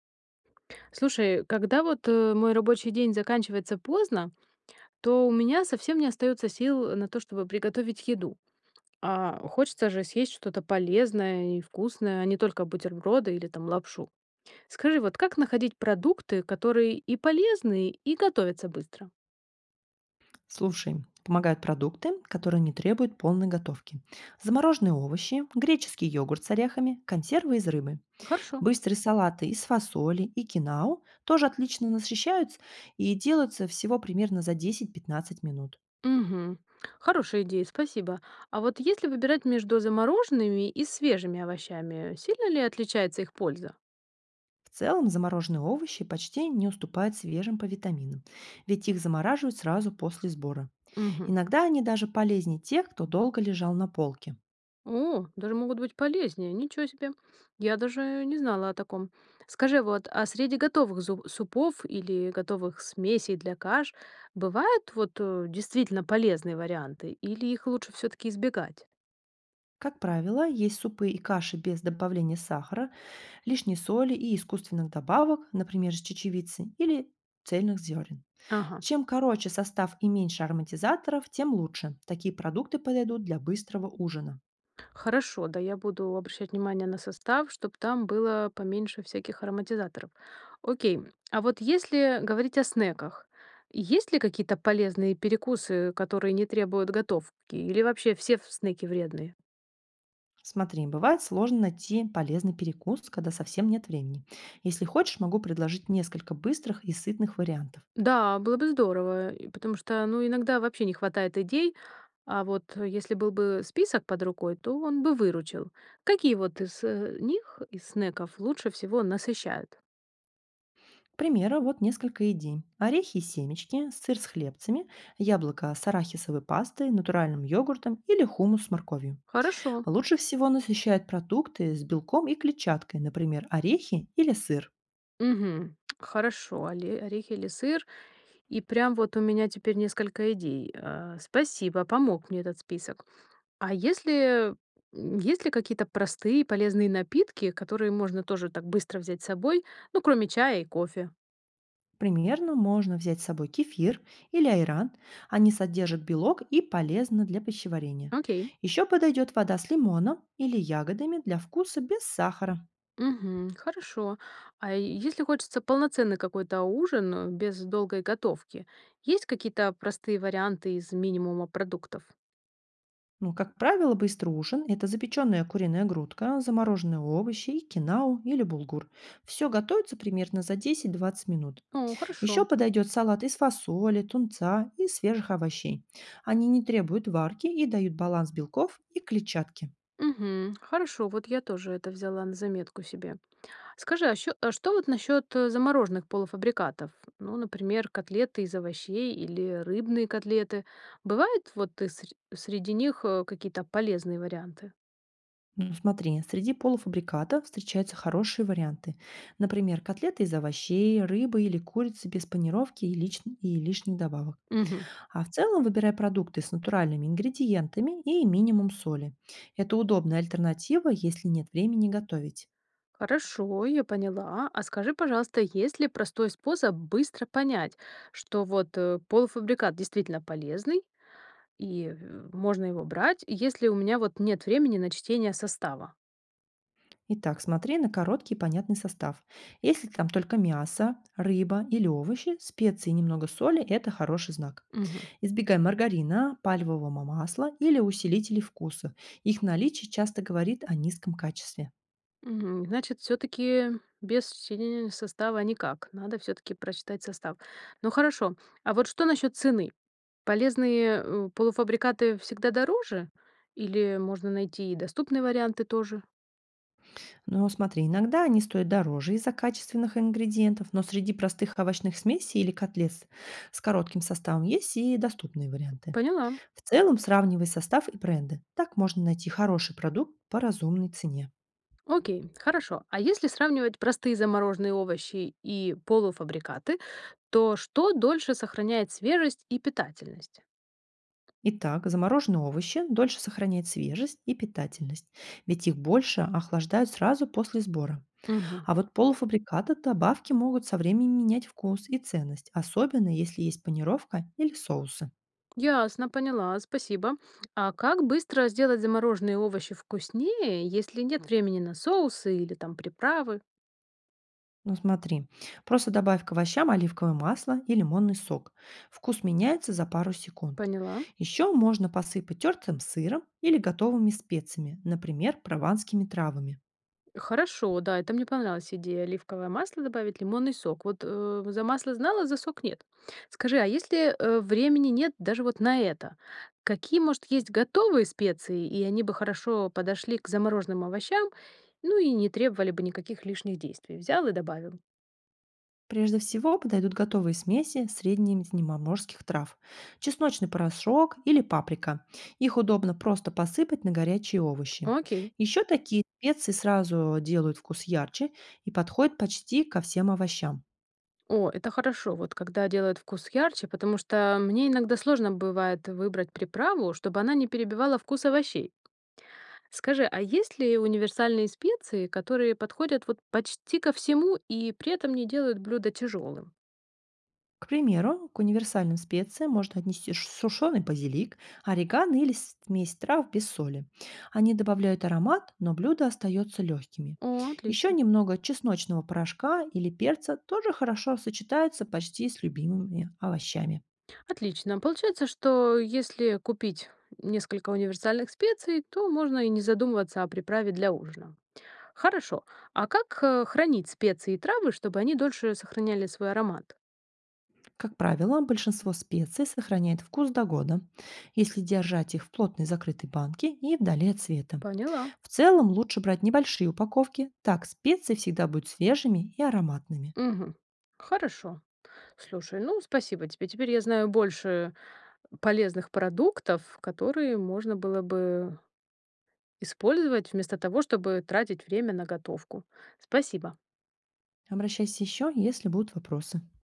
Слушай, когда вот мой рабочий день заканчивается поздно, то у меня совсем не остается сил на то, чтобы приготовить еду. А хочется же съесть что-то полезное и вкусное, а не только бутерброды или там лапшу. Скажи, вот как находить продукты, которые и полезные, и готовятся быстро? Слушай, помогают продукты, которые не требуют полной готовки. Замороженные овощи, греческий йогурт с орехами, консервы из рыбы. Хорошо. Быстрые салаты из фасоли и кинау тоже отлично насыщаются и делаются всего примерно за 10-15 минут. Угу. Хорошая идея, спасибо. А вот если выбирать между замороженными и свежими овощами, сильно ли отличается их польза? В целом замороженные овощи почти не уступают свежим по витаминам, ведь их замораживают сразу после сбора. Угу. Иногда они даже полезнее тех, кто долго лежал на полке. О, даже могут быть полезнее. Ничего себе. Я даже не знала о таком. Скажи, вот, а среди готовых супов или готовых смесей для каш бывают вот действительно полезные варианты, или их лучше все-таки избегать? Как правило, есть супы и каши без добавления сахара, лишней соли и искусственных добавок, например, из чечевицы или цельных зерен. Ага, Чем короче состав и меньше ароматизаторов, тем лучше. Такие продукты подойдут для быстрого ужина. хорошо, да, я буду обращать внимание на состав, чтобы там было поменьше всяких ароматизаторов. Окей, а вот если говорить о снеках, есть ли какие-то полезные перекусы, которые не требуют готовки, или вообще снеки вредные? Смотри, бывает сложно найти полезный перекус, когда совсем нет времени. Если хочешь, могу предложить несколько быстрых и сытных вариантов. Да, было бы здорово, и потому что, ну, иногда вообще не хватает идей, а вот если был бы список под рукой, то он бы выручил. Какие вот из них, из снеков, лучше всего насыщают? К примеру, вот несколько идей. Орехи и семечки, сыр с хлебцами, яблоко с арахисовой пастой, натуральным йогуртом или хумус с морковью. Хорошо. Лучше всего насыщают продукты с белком и клетчаткой, например, орехи или сыр. Мгм. Хорошо, орехи или сыр. И прям вот у меня теперь несколько идей. Спасибо, помог мне этот список. А если... Есть ли какие-то простые полезные напитки, которые можно тоже так быстро взять с собой, ну, кроме чая и кофе? Примерно можно взять с собой кефир или айран. Они содержат белок и полезны для пищеварения. Окей. Еще подойдет вода с лимоном или ягодами для вкуса без сахара. Мгм. Хорошо. А если хочется полноценный какой-то ужин без долгой готовки, есть какие-то простые варианты из минимума продуктов? Ну, как правило, быстрый ужин — это запеченная куриная грудка, замороженные овощи и кинау или булгур. Все готовится примерно за 10-20 минут. О, Еще хорошо. подойдет салат из фасоли, тунца и свежих овощей. Они не требуют варки и дают баланс белков и клетчатки. Мгм. Хорошо, вот я тоже это взяла на заметку себе. Скажи, а, а что вот насчет замороженных полуфабрикатов? Ну, например, котлеты из овощей или рыбные котлеты. Бывают вот и среди них какие-то полезные варианты? Ну, смотри, среди полуфабрикатов встречаются хорошие варианты. Например, котлеты из овощей, рыбы или курицы без панировки и, и лишних добавок. Мгм. А в целом выбирай продукты с натуральными ингредиентами и минимум соли. Это удобная альтернатива, если нет времени готовить. Хорошо, я поняла. А скажи, пожалуйста, есть ли простой способ быстро понять, что вот полуфабрикат действительно полезный и можно его брать, если у меня вот нет времени на чтение состава? Итак, смотри на короткий и понятный состав. Если там только мясо, рыба или овощи, специи и немного соли — это хороший знак. Мгм. Избегай маргарина, пальмового масла или усилителей вкуса. Их наличие часто говорит о низком качестве. Мгм. Значит, все-таки без чтения состава никак. Надо все-таки прочитать состав. Ну хорошо. А вот что насчет цены? Полезные полуфабрикаты всегда дороже? Или можно найти и доступные варианты тоже? Но смотри, иногда они стоят дороже из-за качественных ингредиентов, но среди простых овощных смесей или котлет с коротким составом есть и доступные варианты. Поняла. В целом сравнивай состав и бренды. Так можно найти хороший продукт по разумной цене. Окей, хорошо. А если сравнивать простые замороженные овощи и полуфабрикаты, то что дольше сохраняет свежесть и питательность? Итак, замороженные овощи дольше сохраняют свежесть и питательность, ведь их больше охлаждают сразу после сбора. Мгм. А вот полуфабрикаты, добавки могут со временем менять вкус и ценность, особенно если есть панировка или соусы. Ясно, поняла, спасибо. А как быстро сделать замороженные овощи вкуснее, если нет времени на соусы или там приправы? Ну смотри, просто добавь к овощам оливковое масло и лимонный сок. Вкус меняется за пару секунд. Поняла. Еще можно посыпать тертым сыром или готовыми специями, например, прованскими травами. Хорошо, да, это мне понравилась идея. Оливковое масло добавить, лимонный сок. Вот за масло знала, за сок нет. Скажи, а если времени нет даже вот на это, какие, может, есть готовые специи, и они бы хорошо подошли к замороженным овощам, ну и не требовали бы никаких лишних действий? Взял и добавил. Прежде всего подойдут готовые смеси среднеземноморских трав. Чесночный порошок или паприка. Их удобно просто посыпать на горячие овощи. Окей. Еще такие специи сразу делают вкус ярче и подходят почти ко всем овощам. О, это хорошо, вот когда делают вкус ярче, потому что мне иногда сложно бывает выбрать приправу, чтобы она не перебивала вкус овощей. Скажи, а есть ли универсальные специи, которые подходят вот почти ко всему и при этом не делают блюдо тяжелым? К примеру, к универсальным специям можно отнести сушеный базилик, орегано или смесь трав без соли. Они добавляют аромат, но блюдо остается легкими. О, Еще отлично. немного чесночного порошка или перца тоже хорошо сочетаются почти с любимыми овощами. Отлично. Получается, что если купить несколько универсальных специй, то можно и не задумываться о приправе для ужина. Хорошо. А как хранить специи и травы, чтобы они дольше сохраняли свой аромат? Как правило, большинство специй сохраняет вкус до года, если держать их в плотной закрытой банке и вдали от света. Поняла. В целом лучше брать небольшие упаковки, так специи всегда будут свежими и ароматными. Мгм. Хорошо. Слушай, ну спасибо тебе. Теперь я знаю больше полезных продуктов, которые можно было бы использовать вместо того, чтобы тратить время на готовку. Спасибо. Обращайся еще, если будут вопросы.